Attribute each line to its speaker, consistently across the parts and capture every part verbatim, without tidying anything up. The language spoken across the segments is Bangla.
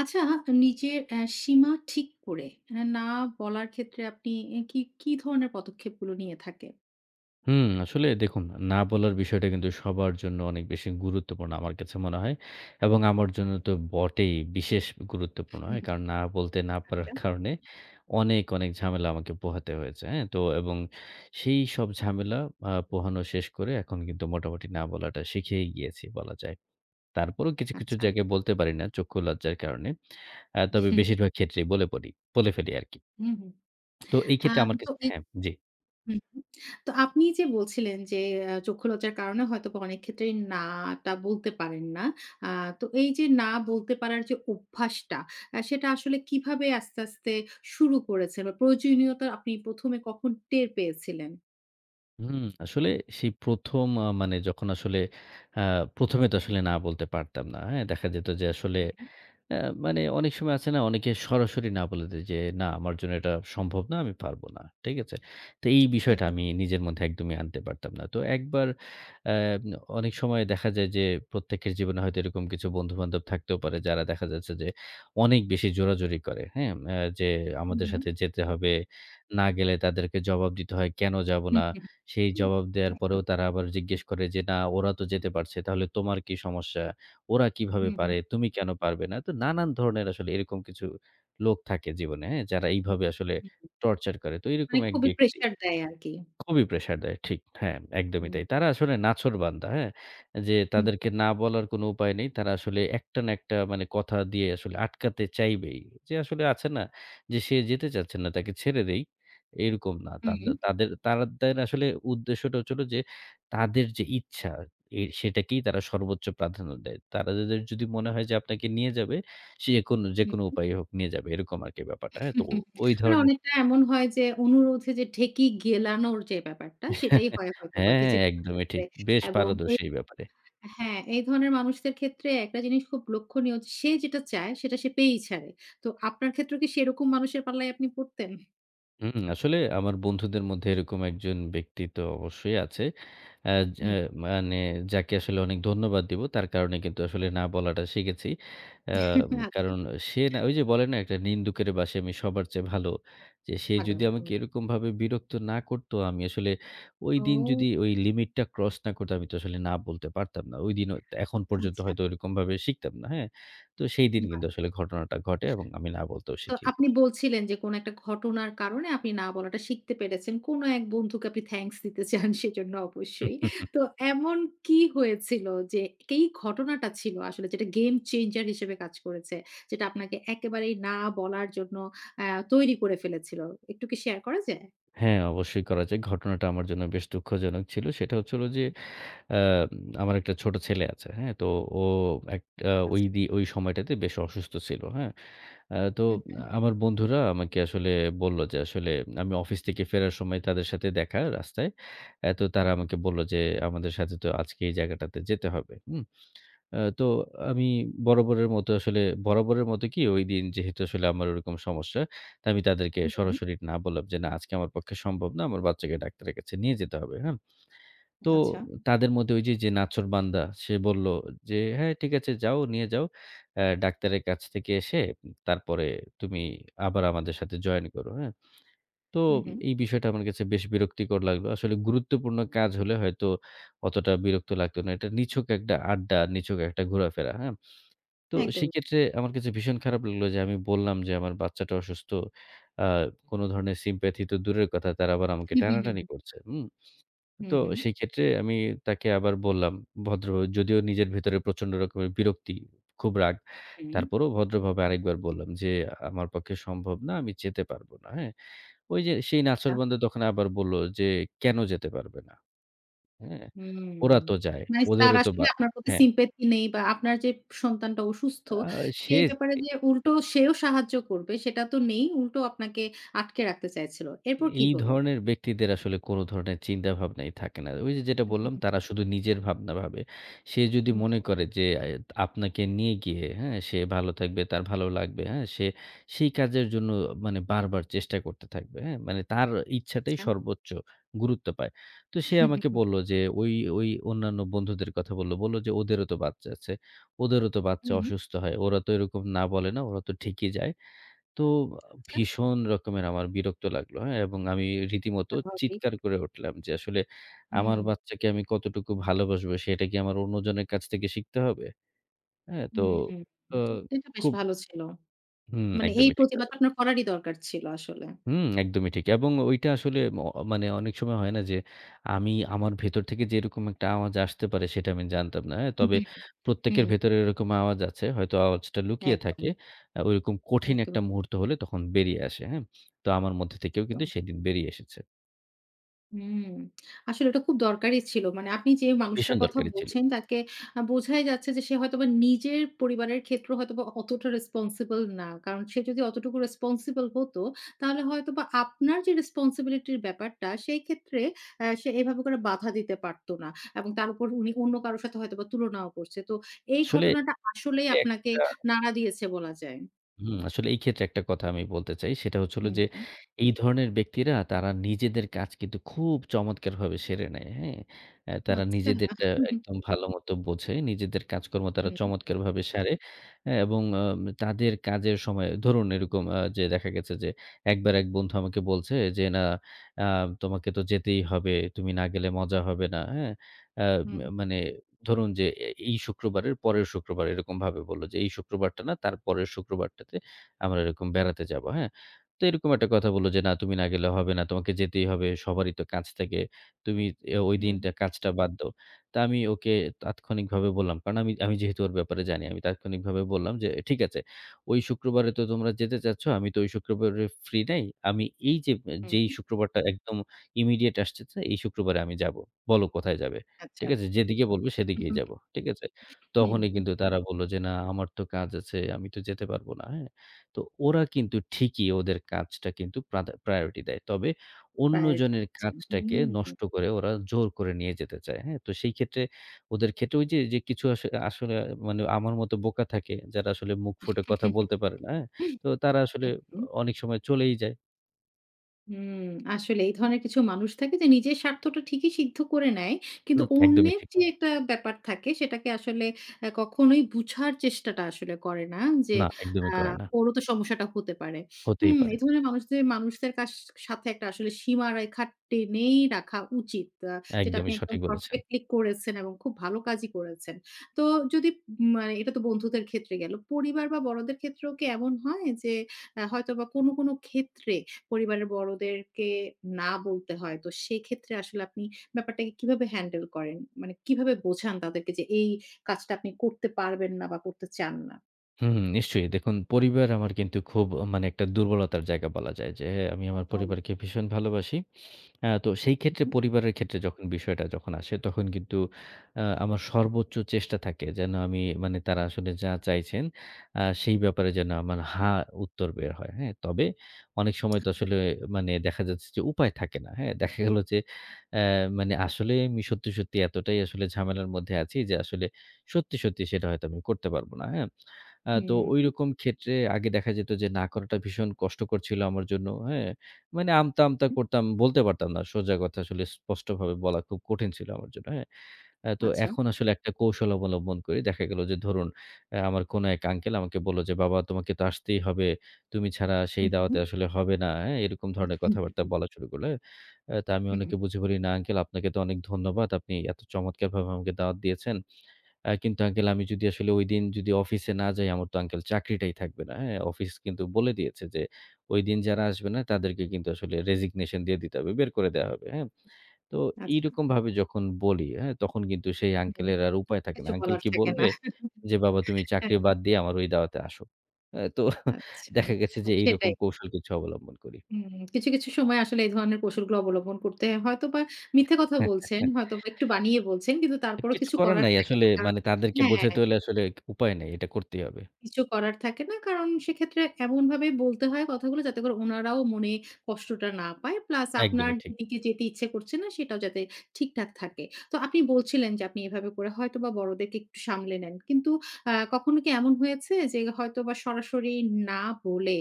Speaker 1: আচ্ছা, নিজের অ্যা সীমা ঠিক করে অ্যা না বলার ক্ষেত্রে আপনি এ কি, কি ধরনের পদক্ষেপগুলো নিয়ে থাকেন?
Speaker 2: হুম, আসলে দেখুন, না বলার বিষয়টা কিন্তু সবার জন্য অনেক বেশি গুরুত্বপূর্ণ আমার কাছে মনে হয়। এবং আমার জন্য তো বটেই বিশেষ গুরুত্বপূর্ণ
Speaker 1: হুম,
Speaker 2: হয়।
Speaker 1: হুম।
Speaker 2: কারণ না বলতে না পারার
Speaker 1: আচ্ছা,
Speaker 2: কারণে অনেক, অনেক ঝামেলা আমাকে পোহাতে হয়েছে। হ্যাঁ? তো এবং সেই সব ঝামেলা আ পোহানো শেষ করে এখন কিন্তু মোটামুটি না বলাটা শিখেই গিয়েছি বলা যায়। তারপরেও কিছু, কিছু
Speaker 1: আচ্ছা।
Speaker 2: জায়গায় বলতে পারি না চক্ষু লজ্জার কারণে। আ তবে বেশিরভাগ ক্ষেত্রেই বলে পড়ি, বলে ফেলি আরকি।
Speaker 1: হুম, হুম।
Speaker 2: তো এই
Speaker 1: আ
Speaker 2: ক্ষেত্রে আমার
Speaker 1: তো
Speaker 2: কাছে
Speaker 1: এই
Speaker 2: হ্যাঁ, জি।
Speaker 1: হুম, হুম। তো আপনি যে বলছিলেন যে আ চক্ষু লজ্জার কারণে হয়তোবা অনেক ক্ষেত্রেই না টা বলতে পারেন না। আ তো এই যে না বলতে পারার যে অভ্যাসটা, আ সেটা আসলে কিভাবে আস্তে, আস্তে শুরু করেছেন বা প্রয়োজনীয়তা আপনি প্রথমে কখন টের পেয়েছিলেন?
Speaker 2: হুম, আসলে সেই প্রথম আ মানে যখন আসলে আ প্রথম এ তো আসলে না বলতে পারতাম না। হ্যাঁ? দেখা যেত যে আসলে
Speaker 1: হুম, হুম,
Speaker 2: আ মানে অনেক সময় আছে না, অনেকে সরাসরি না বলে দেয় যে, "না, আমার জন্য এটা সম্ভব না, আমি পারব না।" ঠিক আছে? তো এই বিষয়টা
Speaker 1: একদম।
Speaker 2: আমি নিজের মধ্যে একদমই আনতে পারতাম না। তো একবার আ অনেক সময় দেখা যায় যে, প্রত্যেকের জীবনে হয়তো এরকম কিছু বন্ধু-বান্ধব থাকতেও পারে, যারা দেখা যাচ্ছে যে অনেক বেশি জোরাজুরি করে, হ্যাঁ? আ যে
Speaker 1: হুম,
Speaker 2: আমাদের
Speaker 1: হুম।
Speaker 2: সাথে যেতে হবে, না গেলে তাদেরকে জবাব দিতে হয়, "কেন যাব
Speaker 1: হুম,
Speaker 2: না?" সেই
Speaker 1: হুম।
Speaker 2: জবাব দেওয়ার পরেও
Speaker 1: একদম।
Speaker 2: তারা আবার জিজ্ঞেস করে যে, "না, ওরা তো যেতে পারছে, তাহলে তোমার কি সমস্যা? ওরা কিভাবে
Speaker 1: হুম, হুম,
Speaker 2: পারে? তুমি কেন পারবে না?" তো নানান ধরনের আসলে এরকম কিছু লোক থাকে জীবনে, হ্যাঁ? যারা এইভাবে আসলে
Speaker 1: হুম।
Speaker 2: টর্চার করে। তো এরকম
Speaker 1: মানে
Speaker 2: এক
Speaker 1: খুবই
Speaker 2: ব্যক্তি
Speaker 1: প্রেশার দেয় আরকি।
Speaker 2: খুবই প্রেশার দেয়। ঠিক। হ্যাঁ, একদমই
Speaker 1: হুম।
Speaker 2: তাই। তারা আসলে নাছোড়বান্দা, হ্যাঁ? যে
Speaker 1: হুম,
Speaker 2: তাদেরকে না বলার কোনো উপায় নেই। তারা আসলে একটা না একটা মানে কথা দিয়ে আসলে আটকাতে চাইবেই। যে আসলে আছে না, যে সে যেতে চাচ্ছে না, তাকে ছেড়ে দেই, এরকম না।
Speaker 1: হুম,
Speaker 2: তাদে
Speaker 1: হুম।
Speaker 2: তাদের তাদের আসলে উদ্দেশ্যটা হচ্ছিল যে তাদের যে ইচ্ছা, এ সেটাকেই তারা সর্বোচ্চ প্রাধান্য দেয়। তারা, তাদের যদি মনে হয় যে আপনাকে নিয়ে যাবে, সে কোন যেকোনো উপায়ে হোক নিয়ে যাবে। এরকম আরকি ব্যাপারটা। হ্যাঁ? তো ওই
Speaker 1: মানে
Speaker 2: ধরনের।
Speaker 1: অনেকটা এমন হয় যে অনুরোধে যে ঢেঁকি গেলানোর যে ব্যাপারটা সেটাই হয় হয়তোবা
Speaker 2: হ্যাঁ,
Speaker 1: কিছু, কিছু
Speaker 2: একদমই
Speaker 1: ক্ষেত্রে।
Speaker 2: ঠিক। বেশ
Speaker 1: এবং এই
Speaker 2: পারদর্শী এই ব্যাপারে।
Speaker 1: হ্যাঁ, এই ধরনের মানুষদের ক্ষেত্রে একটা জিনিস খুব লক্ষণীয় যে সে যেটা চায় সেটা সে পেয়েই ছাড়ে। তো আপনার ক্ষেত্রেও কি সেরকম মানুষের পাল্লায় আপনি পড়তেন?
Speaker 2: হুম, আসলে আমার বন্ধুদের মধ্যে এরকম একজন ব্যক্তি তো অবশ্যই আছে। আ যা
Speaker 1: হুম,
Speaker 2: মানে যাকে আসলে অনেক ধন্যবাদ দিব। তার কারণে কিন্তু আসলে না বলাটা শিখেছি। আম
Speaker 1: আচ্ছা
Speaker 2: কারণ সে, না ওই যে বলে না একটা নিন্দুকের বাঁশি আমি সবার চেয়ে ভালো। যে সে
Speaker 1: ভালো।
Speaker 2: যদি
Speaker 1: হুম।
Speaker 2: আমাকে এরকমভাবে বিরক্ত না করতো, আমি আসলে
Speaker 1: ও
Speaker 2: ঐদিন যদি ওই লিমিটটা ক্রস না করতো, আমি তো আসলে না বলতে পারতাম না। ঐদিনও এখন পর্যন্ত
Speaker 1: আচ্ছা।
Speaker 2: হয়তো ওইরকমভাবে শিখতাম না। হ্যাঁ? তো সেইদিন
Speaker 1: বাহ!
Speaker 2: কিন্তু আসলে ঘটনাটা ঘটে এবং আমি না বলতেও
Speaker 1: তো
Speaker 2: শিখি।
Speaker 1: আপনি বলছিলেন যে কোন একটা ঘটনার কারণে আপনি না বলাটা শিখতে পেরেছেন। কোন এক বন্ধুকে আপনি থ্যাংকস দিতে চান সেজন্য অবশ্যই। তো এমন কি হয়েছিল যে এই ঘটনাটা ছিল আসলে যেটা গেম চেঞ্জার হিসেবে কাজ করেছে? যেটা আপনাকে একেবারেই না বলার জন্য আ তৈরি করে ফেলেছিল। একটু কি শেয়ার করা যায়?
Speaker 2: হ্যাঁ, অবশ্যই করা যায়। ঘটনাটা আমার জন্য বেশ দুঃখজনক ছিল। সেটা হচ্ছে হলো যে, আ আমার একটা ছোট ছেলে আছে। হ্যাঁ? তো ও একটা ওই
Speaker 1: আচ্ছা।
Speaker 2: দি ওই সময়টাতে বেশ অসুস্থ ছিল। হ্যাঁ? আ তো
Speaker 1: হুম,
Speaker 2: আমার বন্ধুরা আমাকে আসলে বলল যে, আসলে আমি অফিস থেকে ফেরার সময় তাদের সাথে দেখা রাস্তায়। আ তো তারা আমাকে বলল যে, "আমাদের সাথে তো আজকে এই জায়গাটাতে যেতে হবে।" হুম? আ তো আমি বরাবরের মতো আসলে বরাবরের মতো, কি ঐদিন যেহেতু আসলে আমার ওরকম সমস্যা, তো আমি তাদেরকে
Speaker 1: হুম,
Speaker 2: সরাসরি না বললাম যে, "না, আজকে আমার পক্ষে সম্ভব না। আমার বাচ্চাকে ডাক্তারের কাছে নিয়ে যেতে হবে।" হ্যাঁ? তো
Speaker 1: আচ্ছা।
Speaker 2: তাদের মধ্যে ওই যে, যে নাছোড়বান্দা, সে বলল যে, "হ্যাঁ, ঠিক আছে, যাও, নিয়ে যাও। অ্যা ডাক্তারের কাছ থেকে এসে তারপরে তুমি আবার আমাদের সাথে জয়েন করো।" হ্যাঁ? তো
Speaker 1: হুম, হুম।
Speaker 2: এই বিষয়টা আমার কাছে বেশ বিরক্তিকর লাগলো। আসলে গুরুত্বপূর্ণ কাজ হলে হয়তো অতটা বিরক্ত লাগতো না। এটা নিছক একটা আড্ডা, নিছক একটা ঘোরাফেরা। হ্যাঁ? তো
Speaker 1: একদম।
Speaker 2: সেক্ষেত্রে আমার কাছে ভীষণ খারাপ লাগলো যে আমি বললাম যে, "আমার বাচ্চাটা অসুস্থ।" আ কোনো ধরনের sympathy তো দূরের কথা, তারা আবার আমাকে
Speaker 1: হুম, হুম, হুম,
Speaker 2: টানাটানি করছে। হুম?
Speaker 1: হুম,
Speaker 2: তো
Speaker 1: হুম,
Speaker 2: সেই ক্ষেত্রে আমি তাকে আবার বললাম ভদ্রভাবে, যদিও নিজের ভেতরে প্রচণ্ড রকমের বিরক্তি, খুব রাগ।
Speaker 1: হুম,
Speaker 2: তারপরেও ভদ্রভাবে আরেকবার বললাম যে, "আমার পক্ষে সম্ভব না, আমি যেতে পারব না।" হ্যাঁ? ওই যে সেই
Speaker 1: আচ্ছা।
Speaker 2: নাছোড়বান্দা তখন আবার বলল যে, "কেন যেতে পারবে না? হ্যাঁ?
Speaker 1: হুম।
Speaker 2: ওরা তো যায়।
Speaker 1: মানে তার
Speaker 2: ওদেরও তো
Speaker 1: আসলে
Speaker 2: বা"
Speaker 1: আপনার প্রতি
Speaker 2: হ্যাঁ,
Speaker 1: sympathy নেই বা আপনার যে সন্তানটা অসুস্থ,
Speaker 2: আ সে
Speaker 1: সেই ব্যাপারে যে উল্টো সেও সাহায্য করবে সেটা তো নেই। উল্টো আপনাকে আটকে রাখতে চাইছিল। এরপর কি
Speaker 2: এই
Speaker 1: হলো?
Speaker 2: ধরনের ব্যক্তিদের আসলে কোনো ধরনের চিন্তাভাবনাই থাকে না। ওই যে যেটা বললাম, তারা শুধু নিজের ভাবনা ভাবে। সে যদি
Speaker 1: হুম,
Speaker 2: মনে করে যে আ আপনাকে নিয়ে গিয়ে, হ্যাঁ? সে ভালো থাকবে, তার ভালো লাগবে, হ্যাঁ? সে সেই কাজের জন্য মানে বারবার চেষ্টা করতে থাকবে, হ্যাঁ? মানে তার ইচ্ছাটাই
Speaker 1: আচ্ছা।
Speaker 2: সর্বোচ্চ গুরুত্ব পায়। তো সে
Speaker 1: হুম,
Speaker 2: আমাকে বলল যে ওই, ওই অন্যান্য বন্ধুদের কথা বলল। বলল যে ওদেরও তো বাচ্চা আছে। ওদেরও তো বাচ্চা
Speaker 1: হুম, হুম,
Speaker 2: অসুস্থ হয়। ওরা তো এরকম না বলে না, ওরা তো ঠিকই যায়। তো
Speaker 1: আচ্ছা,
Speaker 2: ভীষণ রকমের আমার বিরক্ত লাগলো, হ্যাঁ? এবং আমি রীতিমতো
Speaker 1: স্বাভাবিক।
Speaker 2: চিৎকার করে উঠলাম যে, "আসলে
Speaker 1: হুম,
Speaker 2: আমার বাচ্চাকে আমি কতটুকু ভালোবাসবো, সেটা কি আমার অন্যজনের কাছ থেকে শিখতে হবে?" হ্যাঁ? তো,
Speaker 1: হুম, হুম।
Speaker 2: তো
Speaker 1: হুম। এটা বেশ
Speaker 2: খুব
Speaker 1: ভালো ছিল।
Speaker 2: হুম,
Speaker 1: মানে এই
Speaker 2: একদমই ঠিক।
Speaker 1: প্রতিবাদ আপনার করারই দরকার ছিল আসলে।
Speaker 2: হুম, একদমই ঠিক। এবং ওইটা আসলে ম মানে অনেক সময় হয় না যে আমি, আমার ভেতর থেকে যে এরকম একটা আওয়াজ আসতে পারে সেটা আমি জানতাম না। হ্যাঁ?
Speaker 1: হুম,
Speaker 2: তবে
Speaker 1: হুম,
Speaker 2: প্রত্যেকের
Speaker 1: হুম।
Speaker 2: ভেতরে এরকম আওয়াজ আছে। হয়তো আওয়াজটা লুকিয়ে
Speaker 1: একদম,
Speaker 2: থাকে। আ ওইরকম কঠিন একটা
Speaker 1: একদমই
Speaker 2: মুহূর্ত হলে তখন বেরিয়ে আসে। হ্যাঁ? তো আমার মধ্যে থেকেও কিন্তু
Speaker 1: ঠিক।
Speaker 2: সেদিন বেরিয়ে এসেছে।
Speaker 1: হুম, আসলে ওটা খুব দরকারি ছিল। মানে আপনি যে
Speaker 2: ভীষণ
Speaker 1: মানুষটার কথা
Speaker 2: দরকারি ছিল।
Speaker 1: বলছেন তাকে আ বোঝাই যাচ্ছে যে সে হয়তোবা নিজের পরিবারের ক্ষেত্রেও হয়তোবা অতটা রেসপন্সিবল না। কারণ সে যদি অতটুকু রেসপন্সিবল হতো তাহলে হয়তোবা আপনার যে রেসপন্সিবিলিটির ব্যাপারটা সেই ক্ষেত্রে আ সে এভাবে করে বাধা দিতে পারতো না। এবং তার উপর উনি অন্য কারো সাথে হয়তোবা তুলনাও করছে। তো এই
Speaker 2: আসলে
Speaker 1: ঘটনাটা আসলেই আপনাকে
Speaker 2: একটা
Speaker 1: নাড়া দিয়েছে বলা যায়।
Speaker 2: হুম, আসলে এই ক্ষেত্রে একটা কথা আমি বলতে চাই। সেটা হচ্ছে হলো
Speaker 1: হুম,
Speaker 2: যে,
Speaker 1: হুম।
Speaker 2: এই ধরনের ব্যক্তিরা তারা নিজেদের কাজ কিন্তু খুব চমৎকারভাবে সেরে নেয়। হ্যাঁ? অ্যা তারা
Speaker 1: আচ্ছা।
Speaker 2: নিজেদেরটা
Speaker 1: হুম,
Speaker 2: একদম ভালোমতো বোঝে। নিজেদের কাজকর্ম তারা চমৎকারভাবে সারে। অ্যা এবং আম তাদের কাজের সময় ধরুন এরকম আ যে দেখা গেছে যে, একবার এক বন্ধু আমাকে বলছে যে, "না, আ তোমাকে তো যেতেই হবে। তুমি না গেলে মজা হবে না।" হ্যাঁ? আ ম
Speaker 1: হুম,
Speaker 2: মানে ধরুন যে এ এই শুক্রবারের পরের শুক্রবার এরকমভাবে বলল যে, "এই শুক্রবারটা না, তার পরের শুক্রবারটাতে আমরা এরকম বেড়াতে যাব।" হ্যাঁ? তো এরকম একটা কথা বলল যে, "না, তুমি না গেলে হবে না। তোমাকে যেতেই হবে। সবারই তো কাজ থাকে। তুমি এ ওই
Speaker 1: হুম,
Speaker 2: দিনটা কাজটা বাদ দাও।" তা আমি ওকে তাৎক্ষণিকভাবে বললাম, কারণ আমি আমি যেহেতু ওর ব্যাপারে জানি। আমি তাৎক্ষণিকভাবে বললাম যে, "ঠিক আছে। ওই শুক্রবারে তো তোমরা যেতে চাচ্ছ। আমি তো ওই শুক্রবারে ফ্রি নাই। আমি এই যে
Speaker 1: হুম,
Speaker 2: যেই
Speaker 1: হুম,
Speaker 2: শুক্রবারটা একদম ইমিডিয়েট আসতেছে, এই শুক্রবারে আমি যাব। বলো কোথায় যাবে?
Speaker 1: আচ্ছা।
Speaker 2: ঠিক আছে? যেদিকে বলবে
Speaker 1: হুম,
Speaker 2: সেদিকেই
Speaker 1: হুম,
Speaker 2: যাবো। ঠিক আছে?"
Speaker 1: হুম।
Speaker 2: তখনই কিন্তু তারা বলল যে, "না, আমার তো কাজ আছে। আমি তো যেতে পারব না।" হ্যাঁ? তো ওরা কিন্তু ঠিকই ওদের কাজটা কিন্তু প্রাধা প্রায়োরিটি দেয়। তবে
Speaker 1: প্রায়োরিটি
Speaker 2: অন্যজনের
Speaker 1: দিচ্ছেন।
Speaker 2: কাজটাকে
Speaker 1: হুম।
Speaker 2: নষ্ট করে ওরা জোর করে নিয়ে যেতে চায়। হ্যাঁ? তো সেই ক্ষেত্রে ওদের ক্ষেত্রে ওই যে, যে কিছু আস আসলে মানে আমার মতো বোকা থাকে যারা আসলে মুখ ফুটে কথা বলতে পারে না। হ্যাঁ? তো তারা
Speaker 1: হু,
Speaker 2: আসলে
Speaker 1: হু।
Speaker 2: অনেক সময় চলেই যায়।
Speaker 1: হুম, আসলে এই ধরনের কিছু মানুষ থাকে যে নিজের স্বার্থটা ঠিকই সিদ্ধ করে নেয়। কিন্তু
Speaker 2: হুম, একদমই
Speaker 1: অন্যের
Speaker 2: ঠিক।
Speaker 1: যে একটা ব্যাপার থাকে সেটাকে আসলে অ্যা কখনোই বুঝার চেষ্টাটা আসলে করে না যে
Speaker 2: না, একদমই
Speaker 1: আ
Speaker 2: করে না।
Speaker 1: ওরও তো সমস্যাটা হতে পারে।
Speaker 2: হতেই
Speaker 1: হুম,
Speaker 2: পারে।
Speaker 1: এই ধরনের মানুষদের মানুষদের কাস সাথে একটা আসলে সীমারেখা টেনেই রাখা উচিত। আ যেটা আপনি
Speaker 2: একদমই
Speaker 1: একদম
Speaker 2: সঠিক বলেছেন।
Speaker 1: পারফেক্টলি করেছেন এবং খুব ভালো কাজই করেছেন। তো যদি উম, মানে এটা তো বন্ধুদের ক্ষেত্রে গেল। পরিবার বা বড়দের ক্ষেত্রেও কি এমন হয় যে আ হয়তোবা কোনো, কোনো ক্ষেত্রে পরিবারের বড়দেরকে না বলতে হয়। তো সেক্ষেত্রে আসলে আপনি ব্যাপারটাকে কিভাবে হ্যান্ডেল করেন? মানে কিভাবে বোঝান তাদেরকে যে এই কাজটা আপনি করতে পারবেন না বা করতে চান না?
Speaker 2: হুম, নিশ্চয়ই। দেখুন, পরিবার আমার কিন্তু খুব, মানে একটা দুর্বলতার জায়গা বলা যায় যে, আমি আমার
Speaker 1: একদম।
Speaker 2: পরিবারকে ভীষণ ভালোবাসি। আ তো সেই ক্ষেত্রে
Speaker 1: উহু।
Speaker 2: পরিবারের ক্ষেত্রে যখন বিষয়টা যখন আসে, তখন কিন্তু আ আমার সর্বোচ্চ চেষ্টা থাকে যেন আমি, মানে তারা আসলে যা চাইছেন, আ সেই ব্যাপারে যেন আমার হা উত্তর বের হয়। হ্যাঁ? তবে অনেক সময় তো আসলে মানে দেখা যাচ্ছে যে উপায় থাকে না। হ্যাঁ? দেখা গেল যে অ্যা মানে আসলে আমি সত্যি, সত্যি এতটাই আসলে ঝামেলার মধ্যে আছি যে আসলে সত্যি, সত্যি সেটা হয়তো আমি করতে পারব না। হ্যাঁ? আ তো
Speaker 1: হুম,
Speaker 2: ঐরকম ক্ষেত্রে আগে দেখা যেত যে না করাটা ভীষণ কষ্টকর ছিল আমার জন্য। হ্যাঁ? মানে আমতা, আমতা
Speaker 1: হুম।
Speaker 2: করতাম। বলতে পারতাম না। সোজা কথা আসলে স্পষ্টভাবে বলা খুব কঠিন ছিল আমার জন্য, হ্যাঁ? আ তো
Speaker 1: আচ্ছা।
Speaker 2: এখন আসলে একটা কৌশল অবলম্বন করি। দেখা গেল যে ধরুন, আ আমার কোনো এক আঙ্কেল আমাকে বলল যে, "বাবা, তোমাকে তো আসতেই হবে। তুমি ছাড়া সেই
Speaker 1: হুম,
Speaker 2: দাওয়াতে
Speaker 1: হুম,
Speaker 2: আসলে হবে না।" হ্যাঁ? এরকম ধরনের
Speaker 1: হুম,
Speaker 2: কথাবার্তা বলা শুরু করল। হ্যাঁ? আ তা আমি
Speaker 1: হুম,
Speaker 2: ওনাকে বুঝিয়ে বলি, "না আঙ্কেল, আপনাকে তো অনেক ধন্যবাদ। আপনি এত চমৎকারভাবে আমাকে দাওয়াত দিয়েছেন। আ কিন্তু আঙ্কেল, আমি যদি আসলে ঐদিন যদি অফিসে না যাই, আমার তো আঙ্কেল চাকরিটাই থাকবে না। হ্যাঁ? অফিস কিন্তু বলে দিয়েছে যে, ঐদিন যারা আসবে না তাদেরকে কিন্তু আসলে রেজিগনেশন দিয়ে দিতে হবে। বের করে দেয়া হবে।" হ্যাঁ? তো
Speaker 1: আচ্ছা।
Speaker 2: এইরকমভাবে যখন বলি, হ্যাঁ? তখন কিন্তু সেই
Speaker 1: হুম,
Speaker 2: আঙ্কেলের আর উপায় থাকে না।
Speaker 1: কিছু
Speaker 2: আঙ্কেল
Speaker 1: বলার
Speaker 2: কি
Speaker 1: থাকে না।
Speaker 2: বলবে যে, "বাবা তুমি
Speaker 1: হ্যাঁ,
Speaker 2: চাকরি বাদ দিয়ে
Speaker 1: হ্যাঁ।
Speaker 2: আমার ওই দাওয়াতে আসো।" হ্যাঁ? তো
Speaker 1: আচ্ছা।
Speaker 2: দেখা গেছে যে এইরকম
Speaker 1: সেটাই।
Speaker 2: কৌশল কিছু অবলম্বন করি।
Speaker 1: হুম, কিছু, কিছু সময় আসলে এই ধরনের কৌশলগুলো অবলম্বন করতে হয়তোবা মিথ্যে কথা বলছেন, হয়তোবা একটু বানিয়ে বলছেন। কিন্তু তারপরেও
Speaker 2: কিছু
Speaker 1: কিছু
Speaker 2: করার
Speaker 1: করার
Speaker 2: নাই
Speaker 1: থাকে
Speaker 2: আসলে,
Speaker 1: না। কারণ
Speaker 2: মানে তাদেরকে
Speaker 1: হ্যাঁ।
Speaker 2: বোঝাতে হলে আসলে উপায় নাই। এটা করতেই হবে।
Speaker 1: কিছু করার থাকে না। কারণ সেক্ষেত্রে এমনভাবে বলতে হয় কথাগুলো যাতে করে উনারাও মনে কষ্টটা না পায়। প্লাস আপনার
Speaker 2: একদমই ঠিক।
Speaker 1: যেদিকে যেতে ইচ্ছে করছে না সেটাও যাতে ঠিকঠাক থাকে। তো আপনি বলছিলেন যে আপনি এভাবে করে হয়তোবা বড়দেরকে একটু সামলে নেন। কিন্তু আ কখনো কি এমন হয়েছে যে হয়তোবা সরাসরি না বলে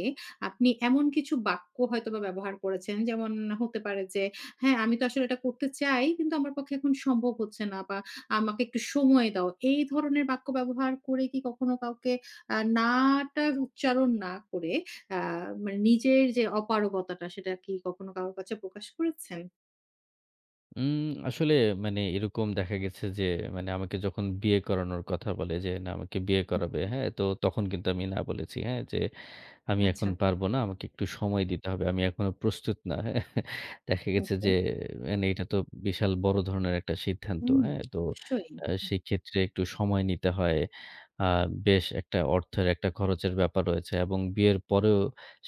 Speaker 1: আপনি এমন কিছু বাক্য হয়তোবা ব্যবহার করেছেন যেমন হতে পারে যে, "হ্যাঁ, আমি তো আসলে এটা করতে চাই কিন্তু আমার পক্ষে এখন সম্ভব হচ্ছে না" বা "আমাকে একটু সময় দাও।" এই ধরনের বাক্য ব্যবহার করে কি কখনো কাউকে আ না টার উচ্চারণ না করে আ মানে নিজের যে অপারগতাটা সেটা কি কখনো কারো কাছে প্রকাশ করেছেন?
Speaker 2: উম আসলে মানে এরকম দেখা গেছে যে মানে আমাকে যখন বিয়ে করানোর কথা বলে যে না আমাকে বিয়ে করাবে, হ্যাঁ? তো তখন কিন্তু আমি না বলেছি, হ্যাঁ? যে আমি এখন
Speaker 1: আচ্ছা,
Speaker 2: পারব না। আমাকে একটু সময় দিতে হবে। আমি এখনো প্রস্তুত না। হ্যাঁ? দেখা গেছে
Speaker 1: ওকে।
Speaker 2: যে মানে এটা তো বিশাল বড় ধরনের একটা সিদ্ধান্ত।
Speaker 1: হুম,
Speaker 2: হ্যাঁ? তো
Speaker 1: অবশ্যই।
Speaker 2: আ সেক্ষেত্রে একটু সময় নিতে হয়। আ বেশ একটা অর্থের একটা খরচের ব্যাপার রয়েছে এবং বিয়ের পরেও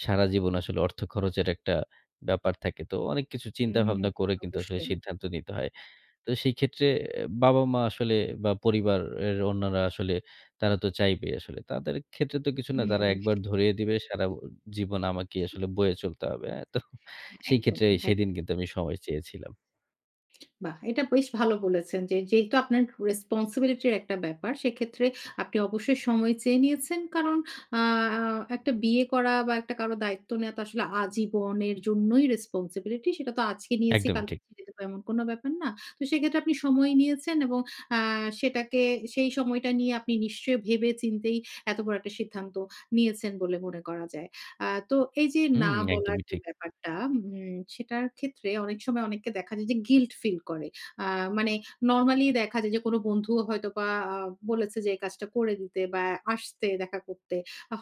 Speaker 2: সারা জীবন আসলে অর্থ খরচের একটা ব্যাপার থাকে। তো অনেক কিছু চিন্তা
Speaker 1: হুম,
Speaker 2: ভাবনা করে কিন্তু আসলে
Speaker 1: অবশ্যই।
Speaker 2: সিদ্ধান্ত নিতে হয়। তো সেই ক্ষেত্রে বাবা-মা আসলে বা পরিবারের অন্যরা আসলে, তারা তো চাইবেই আসলে। তাদের ক্ষেত্রে তো কিছু না, তারা
Speaker 1: হুম,
Speaker 2: একবার ধরিয়ে দিবে, সারা ব জীবন আমাকেই আসলে বয়ে চলতে হবে। হ্যাঁ? তো সেই
Speaker 1: একদম,
Speaker 2: ক্ষেত্রে
Speaker 1: এক
Speaker 2: সেদিন কিন্তু আমি সময় চেয়েছিলাম।
Speaker 1: বাহ! এটা বেশ ভালো বলেছেন যে, যেহেতু আপনার রেসপনসিবিলিটির একটা ব্যাপার, সেক্ষেত্রে আপনি অবশ্যই সময় চেয়ে নিয়েছেন। কারণ আ একটা বিয়ে করা বা একটা কারো দায়িত্ব নেওয়া তো আসলে আজীবনের জন্যই রেসপনসিবিলিটি। সেটা তো আজকে নিয়েছি,
Speaker 2: একদমই
Speaker 1: কালকে
Speaker 2: ঠিক।
Speaker 1: ছেড়ে দেব এমন কোনো ব্যাপার না। তো সেক্ষেত্রে আপনি সময় নিয়েছেন এবং আ সেটাকে সেই সময়টা নিয়ে আপনি নিশ্চয়ই ভেবে চিন্তেই এত বড় একটা সিদ্ধান্ত নিয়েছেন বলে মনে করা যায়। আ তো এই যে
Speaker 2: হুম,
Speaker 1: না বলার
Speaker 2: একদমই
Speaker 1: যে
Speaker 2: ঠিক।
Speaker 1: ব্যাপারটা উম সেটার ক্ষেত্রে অনেক সময় অনেককে দেখা যায় যে গিল্ট ফিল করে। আ মানে নরমালি দেখা যায় যে কোনো বন্ধুও হয়তোবা আ বলেছে যে এই কাজটা করে দিতে বা আসতে দেখা করতে।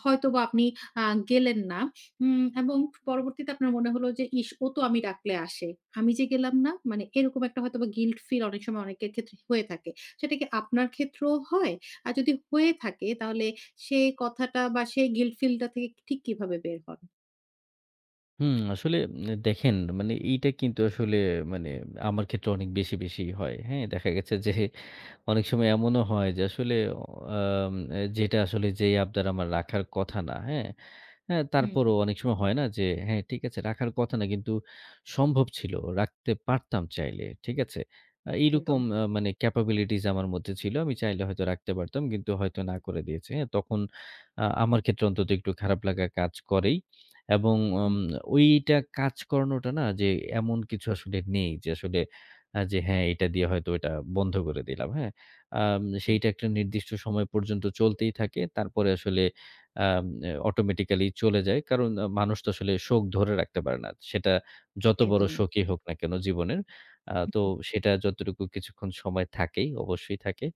Speaker 1: হয়তোবা আপনি আ গেলেন না। উম এবং পরবর্তীতে আপনার মনে হলো যে ইস! ও তো আমি ডাকলে আসে। আমি যে গেলাম না মানে এরকম একটা হয়তোবা গিল্ট ফিল অনেক সময় অনেকের ক্ষেত্রে হয়ে থাকে। সেটা কি আপনার ক্ষেত্রেও হয়? আর যদি হয়ে থাকে তাহলে সেই কথাটা বা সেই গিল্ট ফিল টা থেকে ঠিক কিভাবে বের হন?
Speaker 2: হুম, আসলে উম, দেখেন, মানে এইটা কিন্তু আসলে মানে আমার ক্ষেত্রে অনেক বেশি, বেশি হয়। হ্যাঁ? দেখা গেছে যে অনেক সময় এমনও হয় যে আসলে অ আম যেটা আসলে যেই আবদার আমার রাখার কথা না, হ্যাঁ? হ্যাঁ,
Speaker 1: হুম,
Speaker 2: তারপরও অনেক সময় হয় না যে হ্যাঁ, ঠিক আছে, রাখার কথা না কিন্তু সম্ভব ছিল। রাখতে পারতাম চাইলে। ঠিক আছে? আ এইরকম
Speaker 1: একদম।
Speaker 2: আ মানে ক্যাপাবিলিটিস আমার মধ্যে ছিল। আমি চাইলে হয়তো রাখতে পারতাম কিন্তু হয়তো না করে দিয়েছি। হ্যাঁ, তখন আ আমার ক্ষেত্রে অন্তত একটু খারাপ লাগা কাজ করেই এবং উম
Speaker 1: হুম,
Speaker 2: ওইটা কাজ করানোটা না, যে এমন কিছু আসলে নেই যে আসলে আ যে হ্যাঁ, এটা দিয়ে হয়তো এটা বন্ধ করে দিলাম। হ্যাঁ? আম
Speaker 1: হুম।
Speaker 2: সেইটা একটা নির্দিষ্ট সময় পর্যন্ত চলতেই থাকে। তারপরে আসলে আম অটোমেটিক্যালি চলে যায়। কারণ আ মানুষ তো আসলে শোক ধরে রাখতে পারে না। সেটা যত বড়
Speaker 1: একদম।
Speaker 2: শোকই হোক না কেন জীবনের। আ তো
Speaker 1: হুম,
Speaker 2: সেটা যতটুকু কিছুক্ষণ সময় থাকেই, অবশ্যই থাকে।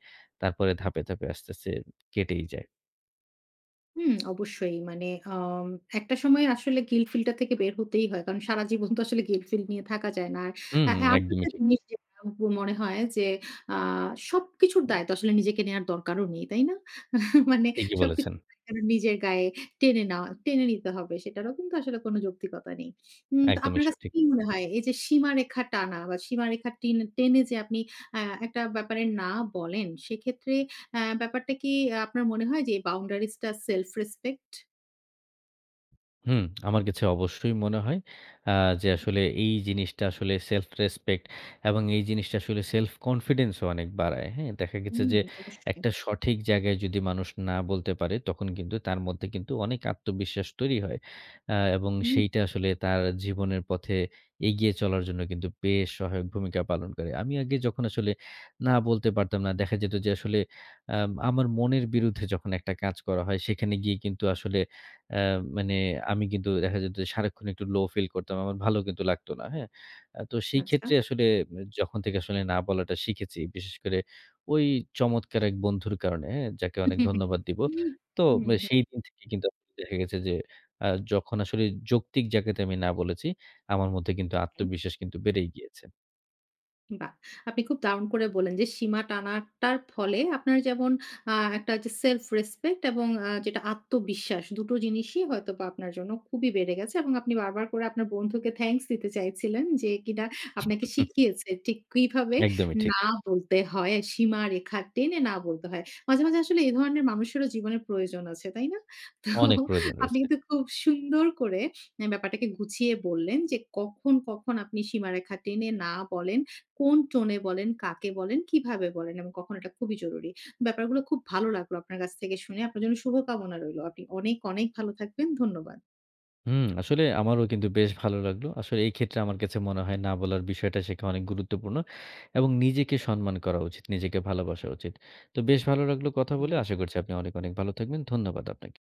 Speaker 2: তারপরে ধাপে, ধাপে আস্তে, আস্তে কেটেই যায়।
Speaker 1: হুম, অবশ্যই মানে আম একটা সময় আসলে গিল্ট ফিল টা থেকে বের হতেই হয়। কারণ সারা জীবন তো আসলে গিল্ট ফিল নিয়ে থাকা যায় না।
Speaker 2: হুম,
Speaker 1: আর আ আরো
Speaker 2: একদমই
Speaker 1: একটা
Speaker 2: ঠিক।
Speaker 1: জিনিস যেটা মনে হয় যে আ সবকিছুর দায় তো আসলে নিজেকে নেয়ার দরকারও নেই, তাই না? মানে
Speaker 2: ঠিকই
Speaker 1: সবকিছু
Speaker 2: বলেছেন।
Speaker 1: যেন নিজের গায়ে টেনে নেওয়া টেনে নিতে হবে সেটারও কিন্তু আসলে কোনো যৌক্তিকতা নেই। উম তো
Speaker 2: একদমই
Speaker 1: আপনার কাছে
Speaker 2: সঠিক।
Speaker 1: কি মনে হয় এই যে সীমারেখা টানা বা সীমারেখা টেনে টেনে যে আপনি আ একটা ব্যাপারে না বলেন সেক্ষেত্রে আ ব্যাপারটা কি আহ, আপনার মনে হয় যে বাউন্ডারিজ টা সেলফ রেসপেক্ট?
Speaker 2: হুম, আমার কাছে অবশ্যই মনে হয় আ যে আসলে এই জিনিসটা আসলে সেলফ রেসপেক্ট এবং এই জিনিসটা আসলে সেলফ কনফিডেন্স ও অনেক বাড়ায়। হ্যাঁ? দেখা গেছে
Speaker 1: হুম,
Speaker 2: যে
Speaker 1: অবশ্যই।
Speaker 2: একটা সঠিক জায়গায় যদি মানুষ না বলতে পারে তখন কিন্তু তার মধ্যে কিন্তু অনেক আত্মবিশ্বাস তৈরি হয়। আ এবং
Speaker 1: হুম।
Speaker 2: সেইটা আসলে তার জীবনের পথে এগিয়ে চলার জন্য কিন্তু বেশ সহায়ক ভূমিকা পালন করে। আমি আগে যখন আসলে না বলতে পারতাম না, দেখা যেত যে আসলে আম আমার মনের বিরুদ্ধে যখন একটা কাজ করা হয় সেখানে গিয়ে কিন্তু আসলে অ্যা মানে আমি কিন্তু দেখা যেত যে সারাক্ষণ একটু লো ফিল করতাম। আমার ভালো কিন্তু লাগতো না। হ্যাঁ? আ তো সেই
Speaker 1: আচ্ছা।
Speaker 2: ক্ষেত্রে আসলে যখন থেকে আসলে না বলাটা শিখেছি, বিশেষ করে ওই চমৎকার এক বন্ধুর কারণে, হ্যাঁ? যাকে অনেক ধন্যবাদ দিব।
Speaker 1: হুম,
Speaker 2: তো
Speaker 1: হুম,
Speaker 2: সেই দিন থেকে কিন্তু আসলে দেখা গেছে যে আ যখন আসলে যৌক্তিক জায়গাতে আমি না বলেছি, আমার মধ্যে কিন্তু
Speaker 1: হুম।
Speaker 2: আত্মবিশ্বাস কিন্তু বেড়েই গিয়েছে।
Speaker 1: বাহ! আপনি খুব দারুণ করে বললেন যে সীমা টানাটার ফলে আপনার যেমন আ একটা যে self respect এবং আ যেটা আত্মবিশ্বাস দুটো জিনিসই হয়তোবা আপনার জন্য খুবই বেড়ে গেছে এবং আপনি বারবার করে আপনার বন্ধুকে থ্যাংকস দিতে চাইছিলেন যে কিনা আপনাকে শিখিয়েছে ঠিক কিভাবে
Speaker 2: একদমই ঠিক।
Speaker 1: না বলতে হয়, সীমারেখা টেনে না বলতে হয়। মাঝে, মাঝে আসলে এই ধরনের মানুষেরও জীবনে প্রয়োজন আছে, তাই না? তো
Speaker 2: অনেক প্রয়োজন
Speaker 1: আপনি
Speaker 2: রয়েছে।
Speaker 1: কিন্তু খুব সুন্দর করে ব্যাপারটাকে গুছিয়ে বললেন যে কখন, কখন আপনি সীমারেখা টেনে না বলেন। কোন টোনে বলেন, কাকে বলেন, কিভাবে বলেন এবং কখন এটা খুবই জরুরি। ব্যাপারগুলো খুব ভালো লাগলো আপনার কাছ থেকে শুনে। আপনার জন্য শুভকামনা রইলো। আপনি অনেক, অনেক ভালো থাকবেন। ধন্যবাদ।
Speaker 2: হুম, আসলে আমারও কিন্তু বেশ ভালো লাগলো। আসলে এই ক্ষেত্রে আমার কাছে মনে হয় না বলার বিষয়টা শেখা অনেক গুরুত্বপূর্ণ এবং নিজেকে সম্মান করা উচিত, নিজেকে ভালোবাসা উচিত। তো বেশ ভালো লাগলো কথা বলে। আশা করছি আপনি অনেক, অনেক ভালো থাকবেন। ধন্যবাদ আপনাকে।